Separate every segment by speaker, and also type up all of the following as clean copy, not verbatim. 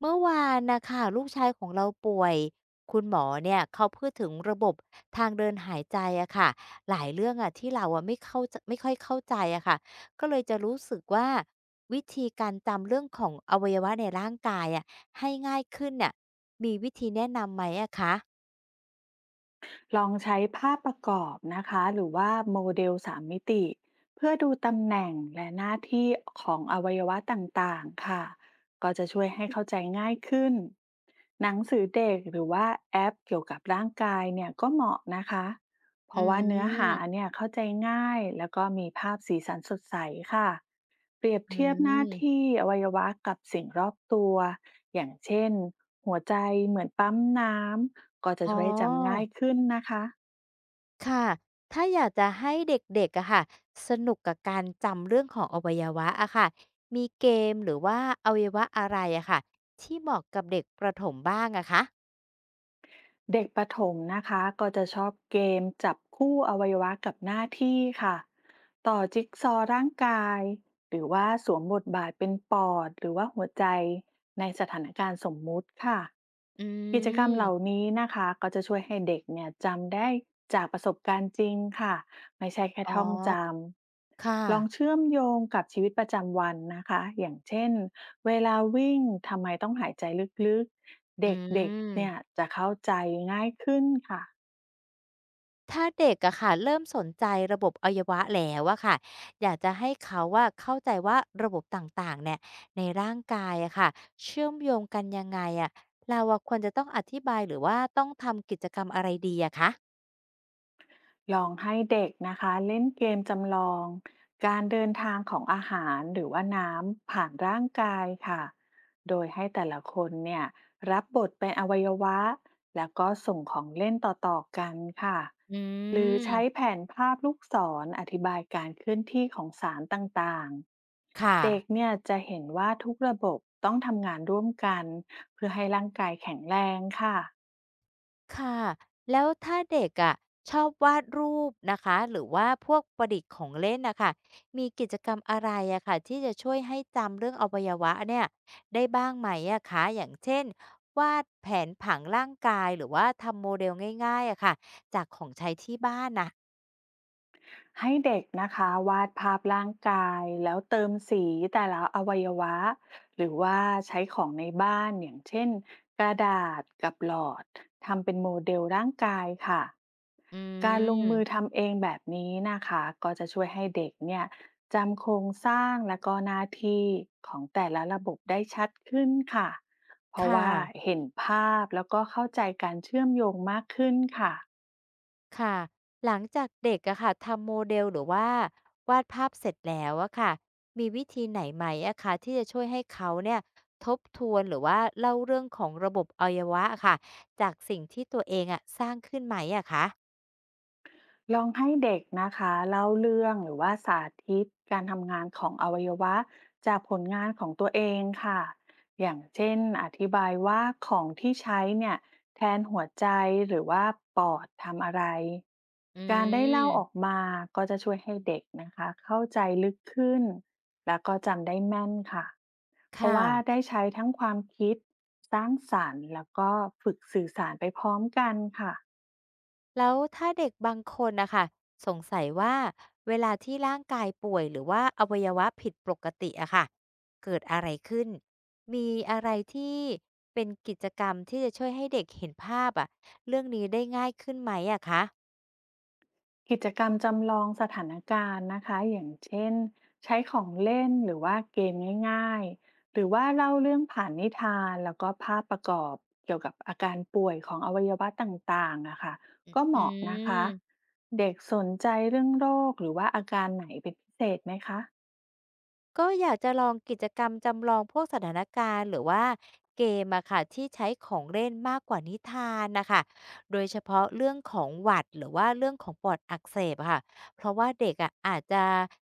Speaker 1: เมื่อวานนะคะลูกชายของเราป่วยคุณหมอเนี่ยเขาพูดถึงระบบทางเดินหายใจอะค่ะหลายเรื่องอะที่เราอะไม่เข้าใจไม่ค่อยเข้าใจอะค่ะก็เลยจะรู้สึกว่าวิธีการจำเรื่องของอวัยวะในร่างกายอะให้ง่ายขึ้นเนี่ยมีวิธีแนะนำไหมอะคะ
Speaker 2: ลองใช้ภาพประกอบนะคะหรือว่าโมเดลสามมิติเพื่อดูตำแหน่งและหน้าที่ของอวัยวะต่างๆค่ะก็จะช่วยให้เข้าใจง่ายขึ้นหนังสือเด็กหรือว่าแอปเกี่ยวกับร่างกายเนี่ยก็เหมาะนะคะเพ
Speaker 1: อื
Speaker 2: ราะว่าเนื้อหา
Speaker 1: ม
Speaker 2: เนี่ยเข้าใจง่ายแล้วก็มีภาพสีสันสดใสค่ะเปรียบ
Speaker 1: อื
Speaker 2: เทียบหน้าที่
Speaker 1: ม
Speaker 2: อวัยวะกับสิ่งรอบตัวอย่างเช่นหัวใจเหมือนปั๊มน้ำ ก็จะ
Speaker 1: อ๋อ
Speaker 2: ช่วยให้จำง่ายขึ้นนะคะ
Speaker 1: ค่ะถ้าอยากจะให้เด็กๆอะค่ะสนุกกับการจำเรื่องของอวัยวะอะค่ะมีเกมหรือว่าอวัยวะอะไรอะค่ะที่เหมาะกับเด็กประถมบ้างอะคะ
Speaker 2: เด็กประถมนะคะก็จะชอบเกมจับคู่อวัยวะกับหน้าที่ค่ะต่อจิ๊กซอว์ร่างกายหรือว่าสวมบทบาทเป็นปอดหรือว่าหัวใจในสถานการณ์สมมุติค่ะ
Speaker 1: อื
Speaker 2: กิจกรรมเหล่า
Speaker 1: ม
Speaker 2: นี้นะคะก็จะช่วยให้เด็กเนี่ยจำได้จากประสบการณ์จริงค่ะไม่ใช่แค่
Speaker 1: อ๋อ
Speaker 2: ท่องจ
Speaker 1: ค่ะ
Speaker 2: ำลองเชื่อมโยงกับชีวิตประจำวันนะคะอย่างเช่นเวลาวิ่งทำไมต้องหายใจลึกๆ
Speaker 1: อื
Speaker 2: เด็กๆเนี่ย
Speaker 1: ม
Speaker 2: จะเข้าใจง่ายขึ้นค่ะ
Speaker 1: ถ้าเด็กอะค่ะเริ่มสนใจระบบอวัยวะแล้วอะค่ะอยากจะให้เขาว่าเข้าใจว่าระบบต่างๆเนี่ยในร่างกายอะค่ะเชื่อมโยงกันยังไงอะเราอะควรจะต้องอธิบายหรือว่าต้องทำกิจกรรมอะไรดีอะคะ
Speaker 2: ลองให้เด็กนะคะเล่นเกมจำลองการเดินทางของอาหารหรือว่าน้ำผ่านร่างกายค่ะโดยให้แต่ละคนเนี่ยรับบทเป็นอวัยวะแล้วก็ส่งของเล่นต่อๆกันค่ะ
Speaker 1: อื
Speaker 2: หรือ
Speaker 1: ม
Speaker 2: ใช้แผนภาพลูกศรอธิบายการเคลื่อนที่ของสารต่าง
Speaker 1: ค่ะ
Speaker 2: ๆ เด็กเนี่ยจะเห็นว่าทุกระบบต้องทำงานร่วมกันเพื่อให้ร่างกายแข็งแรงค่ะ
Speaker 1: ค่ะ แล้วถ้าเด็กอะชอบวาดรูปนะคะหรือว่าพวกประดิษฐ์ของเล่นนะคะมีกิจกรรมอะไรอะค่ะที่จะช่วยให้จำเรื่องอวัยวะเนี่ยได้บ้างไหมอะคะอย่างเช่นวาดแผนผังร่างกายหรือว่าทำโมเดลง่ายๆอะค่ะจากของใช้ที่บ้านน่ะ
Speaker 2: ให้เด็กนะคะวาดภาพร่างกายแล้วเติมสีแต่ละอวัยวะหรือว่าใช้ของในบ้านอย่างเช่นกระดาษกับหลอดทำเป็นโมเดลร่างกายค่ะ
Speaker 1: อื
Speaker 2: การลงมือ
Speaker 1: ม
Speaker 2: ทำเองแบบนี้นะคะก็จะช่วยให้เด็กเนี่ยจำโครงสร้างและก็หน้าที่ของแต่ละระบบได้ชัดขึ้นค่ะเพราะ
Speaker 1: ค่ะ
Speaker 2: ว่าเห็นภาพแล้วก็เข้าใจการเชื่อมโยงมากขึ้นค่ะ
Speaker 1: ค่ะ หลังจากเด็กอะค่ะทำโมเดลหรือว่าวาดภาพเสร็จแล้วอะค่ะมีวิธีไหนไหมอะคะที่จะช่วยให้เขาเนี่ยทบทวนหรือว่าเล่าเรื่องของระบบอวัยวะอะค่ะจากสิ่งที่ตัวเองอะสร้างขึ้นไหมอะคะ
Speaker 2: ลองให้เด็กนะคะเล่าเรื่องหรือว่าสาธิตการทำงานของอวัยวะจากผลงานของตัวเองค่ะอย่างเช่นอธิบายว่าของที่ใช้เนี่ยแทนหัวใจหรือว่าปอดทำอะไร
Speaker 1: อื
Speaker 2: การได้เล่าออก
Speaker 1: ม
Speaker 2: มาก็จะช่วยให้เด็กนะคะเข้าใจลึกขึ้นแล้วก็จำได้แม่นค่ะ
Speaker 1: ค
Speaker 2: เพราะว่า
Speaker 1: ่ะ
Speaker 2: ได้ใช้ทั้งความคิดสร้างสรรค์แล้วก็ฝึกสื่อสารไปพร้อมกันค่ะ
Speaker 1: แล้วถ้าเด็กบางคนนะคะสงสัยว่าเวลาที่ร่างกายป่วยหรือว่าอวัยวะผิดปกติอะค่ะเกิดอะไรขึ้นมีอะไรที่เป็นกิจกรรมที่จะช่วยให้เด็กเห็นภาพอะเรื่องนี้ได้ง่ายขึ้นไหมอะคะ
Speaker 2: กิจกรรมจำลองสถานการณ์นะคะอย่างเช่นใช้ของเล่นหรือว่าเกมง่ายๆหรือว่าเล่าเรื่องผ่านนิทานแล้วก็ภาพประกอบเกี่ยวกับอาการป่วยของอวัยวะต่างๆนะคะก็เห
Speaker 1: อื
Speaker 2: มาะนะคะ
Speaker 1: ม
Speaker 2: เด็กสนใจเรื่องโรคหรือว่าอาการไหนเป็นพิเศษไหมคะ
Speaker 1: ก็อยากจะลองกิจกรรมจำลองพวกสถานการณ์หรือว่าเกมอะค่ะที่ใช้ของเล่นมากกว่านิทานนะคะ โดยเฉพาะเรื่องของหวัดหรือว่าเรื่องของปอดอักเสบอะค่ะ เพราะว่าเด็กอะอาจจะ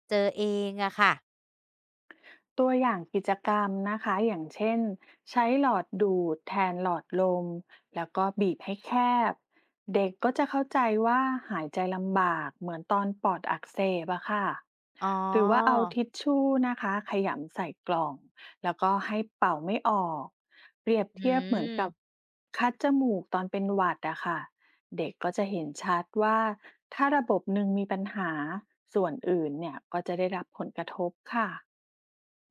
Speaker 1: เจอเองอะค่ะ
Speaker 2: ตัวอย่างกิจกรรมนะคะอย่างเช่นใช้หลอดดูดแทนหลอดลมแล้วก็บีบให้แคบเด็กก็จะเข้าใจว่าหายใจลำบากเหมือนตอนปอดอักเสบอะค่ะ
Speaker 1: อ๋อ
Speaker 2: หรือว่าเอาทิชชู่นะคะขยำใส่กล่องแล้วก็ให้เป่าไม่ออกเปรียบ
Speaker 1: อื
Speaker 2: เทียบเหมือน
Speaker 1: ม
Speaker 2: กับคัดจมูกตอนเป็นหวัดอะค่ะเด็กก็จะเห็นชัดว่าถ้าระบบหนึ่งมีปัญหาส่วนอื่นเนี่ยก็จะได้รับผลกระทบค่ะ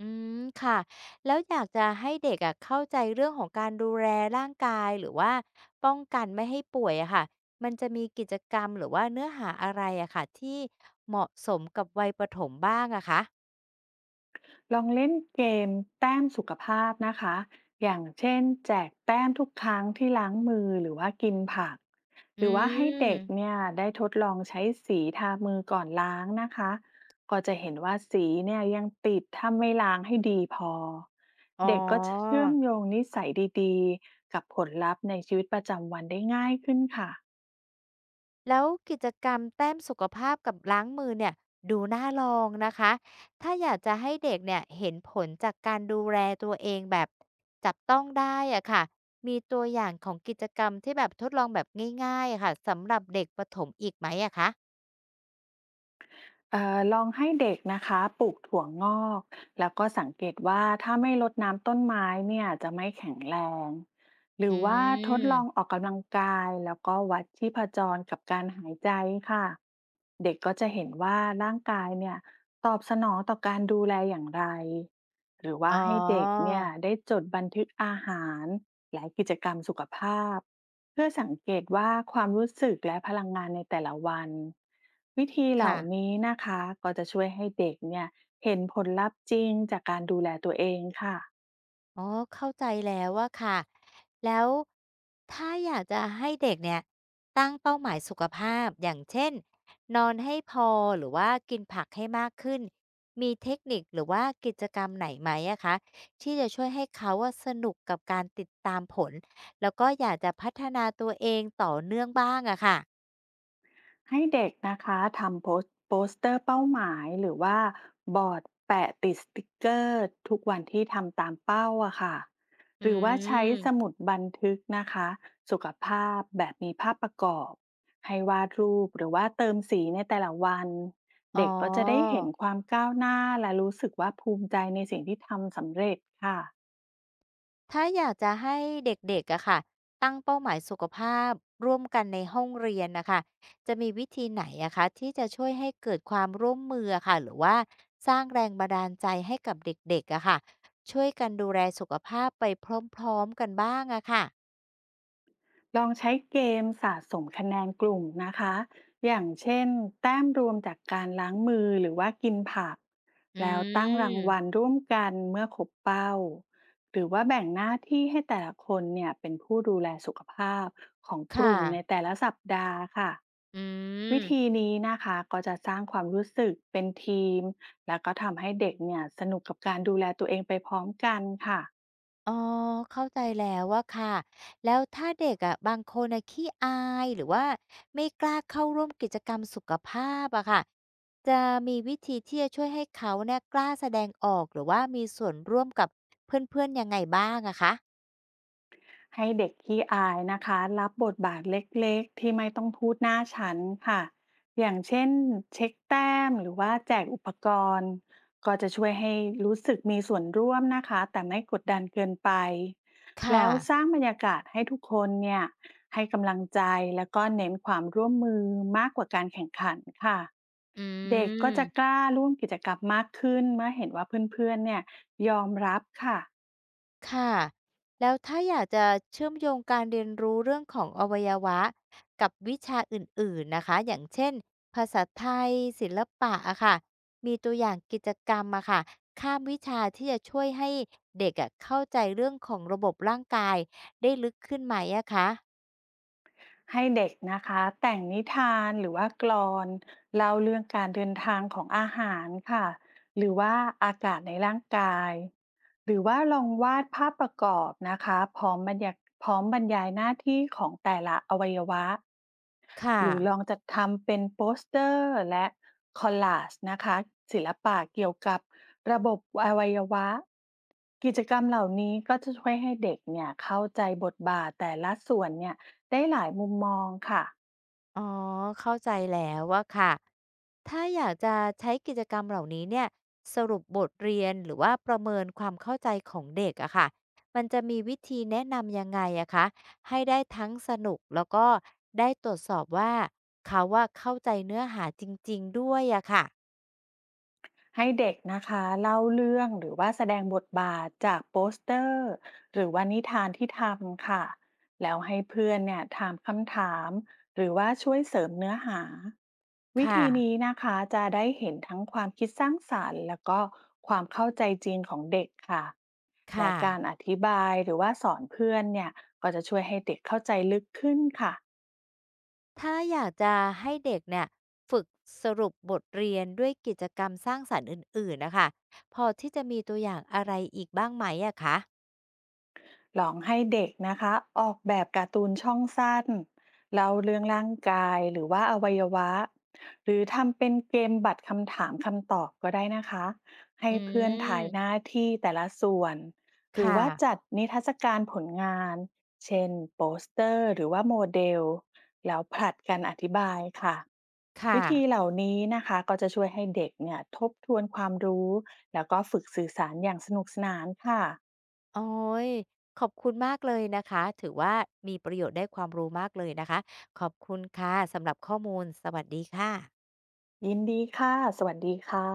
Speaker 1: อืมค่ะแล้วอยากจะให้เด็กอ่ะเข้าใจเรื่องของการดูแลร่างกายหรือว่าป้องกันไม่ให้ป่วยอะค่ะมันจะมีกิจกรรมหรือว่าเนื้อหาอะไรอะค่ะที่เหมาะสมกับวัยประถมบ้างอะคะ
Speaker 2: ลองเล่นเกมแต้มสุขภาพนะคะ อย่างเช่นแจกแต้มทุกครั้งที่ล้างมือหรือว่ากินผัก
Speaker 1: อื
Speaker 2: หรือว่าให้เด็ก
Speaker 1: ม
Speaker 2: เนี่ยได้ทดลองใช้สีทามือก่อนล้างนะคะ ก็จะเห็นว่าสีเนี่ยยังติดถ้าไม่ล้างให้ดีพอ
Speaker 1: อ๋อ
Speaker 2: เด็กก็เชื่อมโยงนิสัยดีๆกับผลลัพธ์ในชีวิตประจำวันได้ง่ายขึ้นค่ะ
Speaker 1: แล้วกิจกรรมแต้มสุขภาพกับล้างมือเนี่ยดูน่าลองนะคะถ้าอยากจะให้เด็กเนี่ยเห็นผลจากการดูแลตัวเองแบบจับต้องได้อะค่ะมีตัวอย่างของกิจกรรมที่แบบทดลองแบบง่ายๆอะค่ะสำหรับเด็กประถมอีกไหมอะคะ
Speaker 2: ลองให้เด็กนะคะปลูกถั่วงอกแล้วก็สังเกตว่าถ้าไม่รดน้ำต้นไม้เนี่ยจะไม่แข็งแรงหรื
Speaker 1: อื
Speaker 2: อว่าทดลอง
Speaker 1: ม
Speaker 2: ออกกำลังกายแล้วก็วัดชีพจรกับการหายใจค่ะเด็กก็จะเห็นว่าร่างกายเนี่ยตอบสนองต่อการดูแลอย่างไรหรือว่า
Speaker 1: อ๋อ
Speaker 2: ให้เด็กเนี่ยได้จดบันทึกอาหารและกิจกรรมสุขภาพ เพื่อสังเกตว่าความรู้สึกและพลังงานในแต่ละวันวิธีเหล่า
Speaker 1: ค่ะ
Speaker 2: นี้นะคะก็จะช่วยให้เด็กเนี่ยเห็นผลลัพธ์จริงจากการดูแลตัวเองค่ะ
Speaker 1: อ๋อเข้าใจแล้วอะค่ะแล้วถ้าอยากจะให้เด็กเนี่ยตั้งเป้าหมายสุขภาพอย่างเช่นนอนให้พอหรือว่ากินผักให้มากขึ้นมีเทคนิคหรือว่ากิจกรรมไหนไหมอะคะที่จะช่วยให้เขาอะสนุกกับการติดตามผลแล้วก็อยากจะพัฒนาตัวเองต่อเนื่องบ้างอะค่ะ
Speaker 2: ให้เด็กนะคะทำโปสเตอร์เป้าหมายหรือว่าบอร์ดแปะติดสติกเกอร์ทุกวันที่ทำตามเป้าอะค่ะ
Speaker 1: อื
Speaker 2: หรือว่าใช้สมุ
Speaker 1: ม
Speaker 2: ดบันทึกนะคะสุขภาพแบบมีภาพประกอบให้วาดรูปหรือว่าเติมสีในแต่ละวัน
Speaker 1: อ๋อ
Speaker 2: เด็กก็จะได้เห็นความก้าวหน้าและรู้สึกว่าภูมิใจในสิ่งที่ทำสำเร็จค่ะ
Speaker 1: ถ้าอยากจะให้เด็กๆอะค่ะตั้งเป้าหมายสุขภาพร่วมกันในห้องเรียนนะคะจะมีวิธีไหนอะคะที่จะช่วยให้เกิดความร่วมมืออะค่ะหรือว่าสร้างแรงบันดาลใจให้กับเด็กๆอะค่ะช่วยกันดูแลสุขภาพไปพร้อมๆกันบ้างอะค่ะ
Speaker 2: ลองใช้เกมสะสมคะแนนกลุ่มนะคะอย่างเช่นแต้มรวมจากการล้างมือหรือว่ากินผัก
Speaker 1: อื
Speaker 2: แล้วตั้งรางวัล
Speaker 1: ม
Speaker 2: ร่วมกันเมื่อครบเป้า หรือว่าแบ่งหน้าที่ให้แต่ละคนเนี่ยเป็นผู้ดูแลสุขภาพของก
Speaker 1: ค่ะ
Speaker 2: ลุ่มในแต่ละสัปดาห์ค่ะ
Speaker 1: อื
Speaker 2: วิ
Speaker 1: ม
Speaker 2: ธีนี้นะคะก็จะสร้างความรู้สึกเป็นทีม แล้วก็ทำให้เด็กเนี่ยสนุกกับการดูแลตัวเองไปพร้อมกันค่ะ
Speaker 1: อ๋อเข้าใจแล้วอะค่ะแล้วถ้าเด็กอะบางคนอ่ะขี้อายหรือว่าไม่กล้าเข้าร่วมกิจกรรมสุขภาพอะค่ะจะมีวิธีที่จะช่วยให้เขาเนี่ยกล้าแสดงออกหรือว่ามีส่วนร่วมกับเพื่อนๆยังไงบ้างอะคะ
Speaker 2: ให้เด็กขี้อายนะคะรับบทบาทเล็กๆที่ไม่ต้องพูดหน้าชั้นค่ะอย่างเช่นเช็คแต้มหรือว่าแจกอุปกรณ์ก็จะช่วยให้รู้สึกมีส่วนร่วมนะคะแต่ไม่กดดันเกินไป
Speaker 1: ค่ะ
Speaker 2: แล้วสร้างบรรยากาศให้ทุกคนเนี่ยให้กำลังใจแล้วก็เน้นความร่วมมือมากกว่าการแข่งขันค่ะ
Speaker 1: อ
Speaker 2: เด็กก็จะ
Speaker 1: ื
Speaker 2: ก
Speaker 1: ม
Speaker 2: ล้าร่วมกิจกรรมมากขึ้นเมื่อเห็นว่าเพื่อนๆเนี่ยยอมรับค่ะ
Speaker 1: ค่ะแล้วถ้าอยากจะเชื่อมโยงการเรียนรู้เรื่องของอวัยวะกับวิชาอื่นๆนะคะอย่างเช่นภาษาไทยศิลปะอะค่ะมีตัวอย่างกิจกรรมอะค่ะข้ามวิชาที่จะช่วยให้เด็กอะเข้าใจเรื่องของระบบร่างกายได้ลึกขึ้นไหมอะคะ
Speaker 2: ให้เด็กนะคะแต่งนิทานหรือว่ากลอนเล่าเรื่องการเดินทางของอาหารค่ะหรือว่าอากาศในร่างกายหรือว่าลองวาดภาพประกอบนะคะพร้อมบรรยาพร้อมบรรยายหน้าที่ของแต่ละอวัยวะ
Speaker 1: ค่ะ
Speaker 2: หรือลองจัดทำเป็นโปสเตอร์และคอลลาจนะคะศิลปะเกี่ยวกับระบบอวัยวะกิจกรรมเหล่านี้ก็จะช่วยให้เด็กเนี่ยเข้าใจบทบาทแต่ละส่วนเนี่ยได้หลายมุมมองค่ะ
Speaker 1: อ๋อเข้าใจแล้วว่ะค่ะถ้าอยากจะใช้กิจกรรมเหล่านี้เนี่ยสรุปบทเรียนหรือว่าประเมินความเข้าใจของเด็กอะค่ะมันจะมีวิธีแนะนำยังไงอะคะให้ได้ทั้งสนุกแล้วก็ได้ตรวจสอบว่าเขาว่าเข้าใจเนื้อหาจริงๆด้วยอะค่ะ
Speaker 2: ให้เด็กนะคะเล่าเรื่องหรือว่าแสดงบทบาทจากโปสเตอร์หรือว่านิทานที่ทำค่ะแล้วให้เพื่อนเนี่ยถามคำถามหรือว่าช่วยเสริมเนื้อหาวิ
Speaker 1: ค่ะ
Speaker 2: ธีนี้นะคะจะได้เห็นทั้งความคิดสร้างสรรค์แล้วก็ความเข้าใจจริงของเด็กค่ะ
Speaker 1: ค
Speaker 2: และการ
Speaker 1: ่ะ
Speaker 2: อธิบายหรือว่าสอนเพื่อนเนี่ยก็จะช่วยให้เด็กเข้าใจลึกขึ้นค่ะ
Speaker 1: ถ้าอยากจะให้เด็กเนี่ยฝึกสรุปบทเรียนด้วยกิจกรรมสร้างสรรค์อื่นๆนะคะพอที่จะมีตัวอย่างอะไรอีกบ้างไหมอะคะ
Speaker 2: ลองให้เด็กนะคะออกแบบการ์ตูนช่องสั้นเล่าเรื่องร่างกายหรือว่าอวัยวะ หรือทำเป็นเกมบัตรคำถามคำตอบก็ได้นะคะ ให้
Speaker 1: อื
Speaker 2: เพื่อนถ่ายหน้า
Speaker 1: ม
Speaker 2: ที่แต่ละส่วน หรือ
Speaker 1: ค่ะ
Speaker 2: ว่าจัดนิทรรศการผลงาน เช่นโปสเตอร์หรือว่าโมเดลแล้วผลัดกันอธิบายค่ะ
Speaker 1: ค่ะ
Speaker 2: วิธีเหล่านี้นะคะก็จะช่วยให้เด็กเนี่ยทบทวนความรู้แล้วก็ฝึกสื่อสารอย่างสนุกสนานค่ะ
Speaker 1: โอ้ยขอบคุณมากเลยนะคะ ถือว่ามีประโยชน์ได้ความรู้มากเลยนะคะ ขอบคุณค่ะสำหรับข้อมูล สวัสดีค่ะ
Speaker 2: ยินดีค่ะ สวัสดีค่ะ